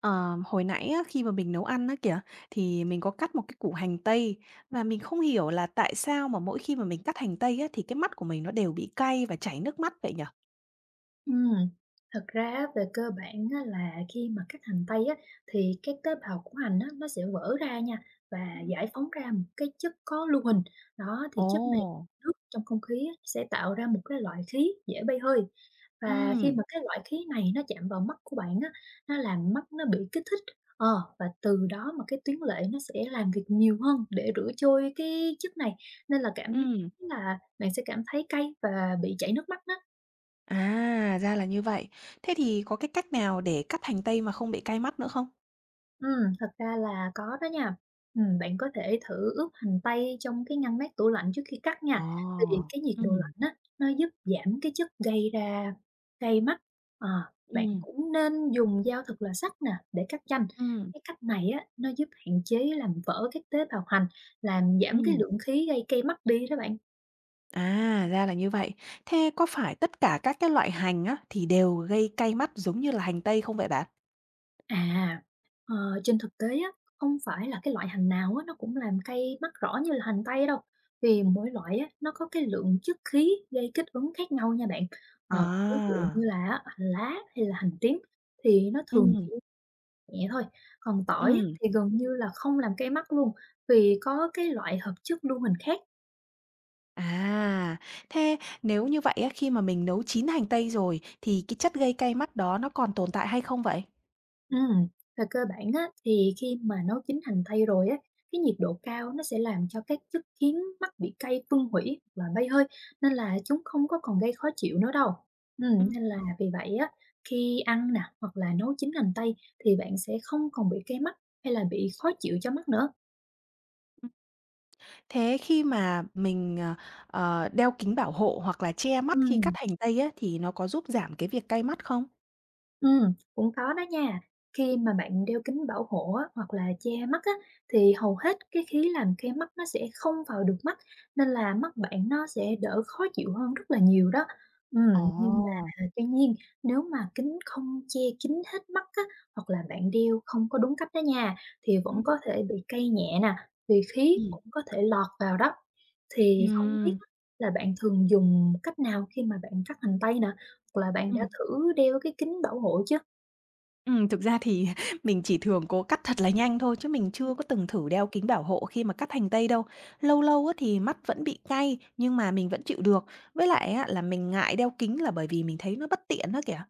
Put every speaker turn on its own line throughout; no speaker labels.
Ờ, hồi nãy á, khi mà mình nấu ăn á kìa, thì mình có cắt một cái củ hành tây và mình không hiểu là tại sao mà mỗi khi mà mình cắt hành tây á, thì cái mắt của mình nó đều bị cay và chảy nước mắt vậy nhở?
Ừm, thật ra á, về cơ bản á, là khi mà cắt hành tây á, thì các tế bào của hành á, nó sẽ vỡ ra nha và
Ừm.
giải phóng ra một cái chất có lưu huỳnh. Đó, thì chất này
Ồ,
nước trong không khí á, sẽ tạo ra một cái loại khí dễ bay hơi. Và khi
ừm,
mà cái loại khí này nó chạm vào mắt của bạn á, nó làm mắt nó bị kích thích. Ờ, và từ đó mà cái tuyến lệ nó sẽ làm việc nhiều hơn để rửa trôi cái chất này nên là cảm
ừm.
là bạn sẽ cảm thấy cay và bị chảy nước mắt đó.
À, ra là như vậy. Thế thì có cái cách nào để cắt hành tây mà không bị cay mắt nữa không?
Ừm, thật ra là có đó nha. Bạn có thể thử ướp hành tây trong cái ngăn mát tủ lạnh trước khi cắt
Ồ,
nha, thì cái nhiệt độ
ừm,
lạnh á, nó giúp giảm cái chất gây ra cay mắt. Ờ, bạn
ừm,
cũng nên dùng dao thật là sắc nè để cắt chanh.
ừm,
Cái cách này á, nó giúp hạn chế làm vỡ các tế bào hành, làm giảm cái
ừm.
lượng khí gây cay mắt đi đó bạn.
À, ra là như vậy. Thế có phải tất cả các cái loại hành á, thì đều gây cay mắt giống như là hành tây không vậy bạn?
À, ờ, trên thực tế á, không phải là cái loại hành nào á, nó cũng làm cay mắt rõ như là hành tây đâu.
Ừm.
Vì mỗi loại á, nó có cái lượng chất khí gây kích ứng khác nhau nha bạn. Ờ,
À.
ví dụ như là á, hành lá hay là hành tím thì nó thường
Ừm,
chỉ nhẹ thôi. Còn tỏi á,
ừm.
thì gần như là không làm cay mắt luôn vì có cái loại hợp chất lưu huỳnh khác.
À, thế nếu như vậy á, khi mà mình nấu chín hành tây rồi thì cái chất gây cay mắt đó nó còn tồn tại hay không vậy?
Ừm, về cơ bản á, thì khi mà nấu chín hành tây rồi á, cái nhiệt độ cao nó sẽ làm cho các chất khiến mắt bị cay phân hủy và bay hơi nên là chúng không có còn gây khó chịu nữa đâu.
Ừm,
Nên là
ừm,
vì vậy á, khi ăn nè hoặc là nấu chín hành tây thì bạn sẽ không còn bị cay mắt hay là bị khó chịu cho mắt nữa.
ừm. Thế khi mà mình, đeo kính bảo hộ hoặc là che mắt khi cắt hành tây á, thì nó có giúp giảm cái việc cay mắt không?
Cũng có đó nha. Khi mà bạn đeo kính bảo hộ á, hoặc là che mắt á, thì hầu hết cái khí làm che mắt nó sẽ không vào được mắt, nên là mắt bạn nó sẽ đỡ khó chịu hơn rất là nhiều đó.
Ồ.
Ừm, nhưng mà tuy nhiên nếu mà kính không che kín hết mắt á, hoặc là bạn đeo không có đúng cách đó nha, thì vẫn
Ừm,
có thể bị cay nhẹ nè, vì khí
ừm.
cũng có thể lọt vào đó. Thì không biết
Ừm,
á, là bạn thường dùng cách nào khi mà bạn cắt hành tây nè? Hoặc là bạn đã
ừm.
thử đeo cái kính bảo hộ chưa?
Thực ra thì mình chỉ thường cố cắt thật là nhanh thôi chứ mình chưa có từng thử đeo kính bảo hộ khi mà cắt hành tây đâu. Lâu lâu á thì mắt vẫn bị cay nhưng mà mình vẫn chịu được. Với lại á là mình ngại đeo kính là bởi vì mình thấy nó bất tiện đó kìa.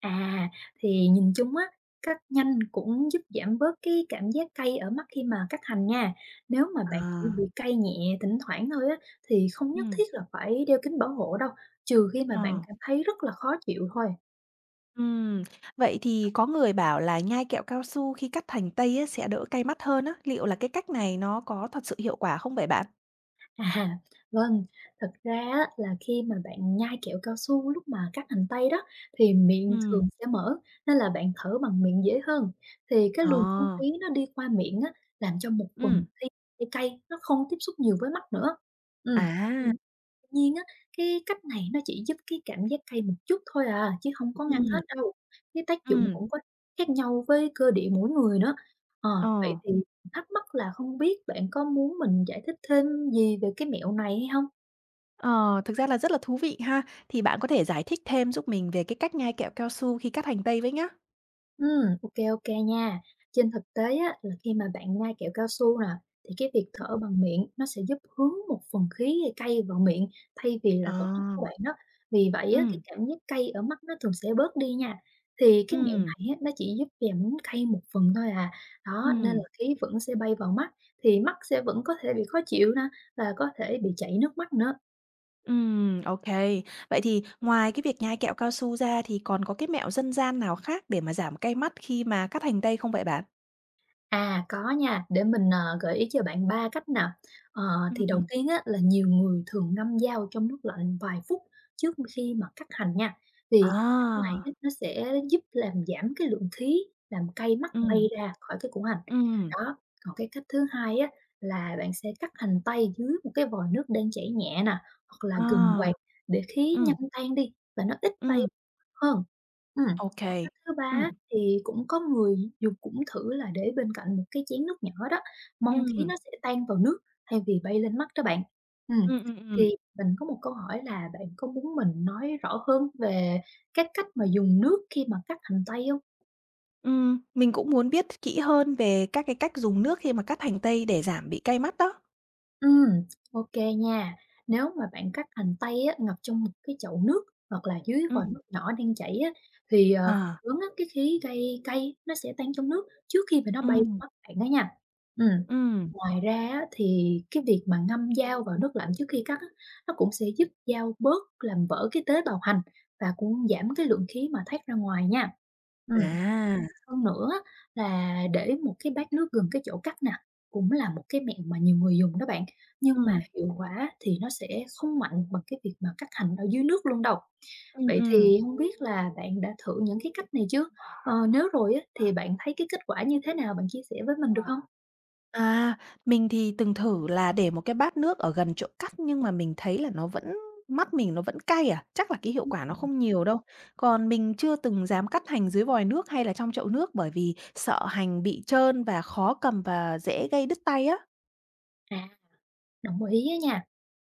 À, thì nhìn chung á, cắt nhanh cũng giúp giảm bớt cái cảm giác cay ở mắt khi mà cắt hành nha. Nếu mà bạn chỉ
À.
bị cay nhẹ thỉnh thoảng thôi á, thì không nhất thiết
Ừm,
là phải đeo kính bảo hộ đâu, trừ khi mà bạn
ờ,
cảm thấy rất là khó chịu thôi.
ừm. Vậy thì có người bảo là nhai kẹo cao su khi cắt hành tây á sẽ đỡ cay mắt hơn á, liệu là cái cách này nó có thật sự hiệu quả không vậy bạn?
À, vâng, thật ra á là khi mà bạn nhai kẹo cao su lúc mà cắt hành tây đó, thì miệng thường
Ừm.
sẽ mở, nên là bạn thở bằng miệng dễ hơn. Thì cái
Ờ,
luồng không khí nó đi qua miệng á, làm cho một phần
ừm.
thi cay cay nó không tiếp xúc nhiều với mắt nữa. Ừ.
À,
Tuy nhiên á, cái cách này nó chỉ giúp cái cảm giác cay một chút thôi à, chứ không có ngăn
ừm,
hết đâu, cái tác dụng
ừm,
cũng có khác nhau với cơ địa mỗi người nữa. Ờ, vậy
ờ.
thì thắc mắc là không biết bạn có muốn mình giải thích thêm gì về cái mẹo này hay không.
Ờ, thực ra là rất là thú vị ha. Thì bạn có thể giải thích thêm giúp mình về cái cách nhai kẹo cao su khi cắt hành tây với nhá.
Ô kê, nha. Trên thực tế á, là khi mà bạn nhai kẹo cao su nè, thì cái việc
Ừm.
thở bằng miệng nó sẽ giúp hướng một phần khí cay vào miệng thay vì là
Ờ,
vào mắt của bạn đó. Vì vậy á, cái
ừm,
cảm giác cay ở mắt nó thường sẽ bớt đi nha. Thì cái mẹo
ừm,
này á, nó chỉ giúp giảm cay một phần thôi à. Đó, nên là
ừm,
khí vẫn sẽ bay vào mắt, thì mắt sẽ vẫn có thể bị khó chịu nè, và có thể bị chảy nước mắt nữa.
ô. Vậy thì ngoài cái việc nhai kẹo cao su ra thì còn có cái mẹo dân gian nào khác để mà giảm cay mắt khi mà cắt hành tây không vậy bạn?
À, có nha, để mình, gợi ý cho bạn 3 cách nè. Ờ, thì đầu
Ừm,
tiên á là nhiều người thường ngâm dao trong nước lạnh vài phút trước khi mà cắt hành nha, thì cái cách này
à,
á nó sẽ giúp làm giảm cái lượng khí làm cay mắt bay
ừm,
ra khỏi cái củ hành.
ừm,
Đó, còn cái cách thứ hai á là bạn sẽ cắt hành tây dưới một cái vòi nước đang chảy nhẹ nè, hoặc là gừng quạt
à,
để khí
ừm,
nhanh tan đi và nó ít bay
ừm,
hơn. Ừm.
ô kê.
Còn cách thứ
Ừm,
3 thì cũng có người dù cũng thử là để bên cạnh một cái chén nước nhỏ đó, mong khí
ừm,
nó sẽ tan vào nước thay vì bay lên mắt đó bạn. Ừm,
ừm.
thì mình có một câu hỏi là bạn có muốn mình nói rõ hơn về các cách mà dùng nước khi mà cắt hành tây không?
Mình cũng muốn biết kỹ hơn về các cái cách dùng nước khi mà cắt hành tây để giảm bị cay mắt đó.
Ừm, ok nha. Nếu mà bạn cắt hành tây á, ngập trong một cái chậu nước hoặc là dưới vòi
Ừm,
nước nhỏ đang chảy á, thì, phần
ờ,
lớn á, cái khí gây cay nó sẽ tan trong nước trước khi mà nó bay vào
ừm,
mắt bạn đó nha. Ừm.
ừm.
Ngoài ra á, thì cái việc mà ngâm dao vào nước lạnh trước khi cắt á, nó cũng sẽ giúp dao bớt làm vỡ cái tế bào hành và cũng giảm cái lượng khí mà thoát ra ngoài nha. Ừm,
À,
hơn nữa á, là để một cái bát nước gần cái chỗ cắt nè, cũng là một cái mẹo mà nhiều người dùng đó bạn, nhưng mà
ừm,
hiệu quả thì nó sẽ không mạnh bằng cái việc mà cắt hành ở dưới nước luôn đâu. Vậy
ừm.
thì không biết là bạn đã thử những cái cách này chưa? Nếu rồi á, thì bạn thấy cái kết quả như thế nào? Bạn chia sẻ với mình được không?
À, mình thì từng thử là để một cái bát nước ở gần chỗ cắt nhưng mà mình thấy là nó vẫn mắt mình nó vẫn cay à, chắc là cái hiệu quả nó không nhiều đâu. Còn mình chưa từng dám cắt hành dưới vòi nước hay là trong chậu nước bởi vì sợ hành bị trơn và khó cầm và dễ gây đứt tay á.
À, đồng ý á nha.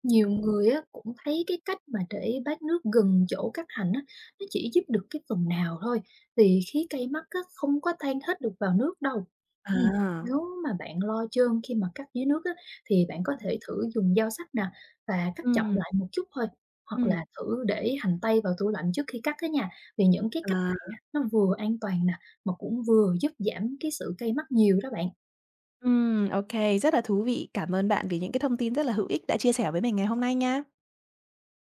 Nhiều
Ừm.
người á, cũng thấy cái cách mà để bát nước gần chỗ cắt hành á, nó chỉ giúp được cái phần nào thôi, vì khí cây mắc á, không có tan hết được vào nước đâu. Ừm,
À,
nếu mà bạn lo trơn khi mà cắt dưới nước á, thì bạn có
ừm,
thể thử dùng dao sắc nè và cắt chậm
ừm,
lại một chút thôi, hoặc là
ừm,
thử để hành tây vào tủ lạnh trước khi cắt á nha, vì những cái cách này
à.
á, nó vừa an toàn nè, mà cũng vừa giúp giảm cái sự cây mắc nhiều đó bạn.
Ô rất là thú vị. Cảm ơn bạn vì những cái thông tin rất là hữu ích đã chia sẻ với mình ngày hôm nay nha.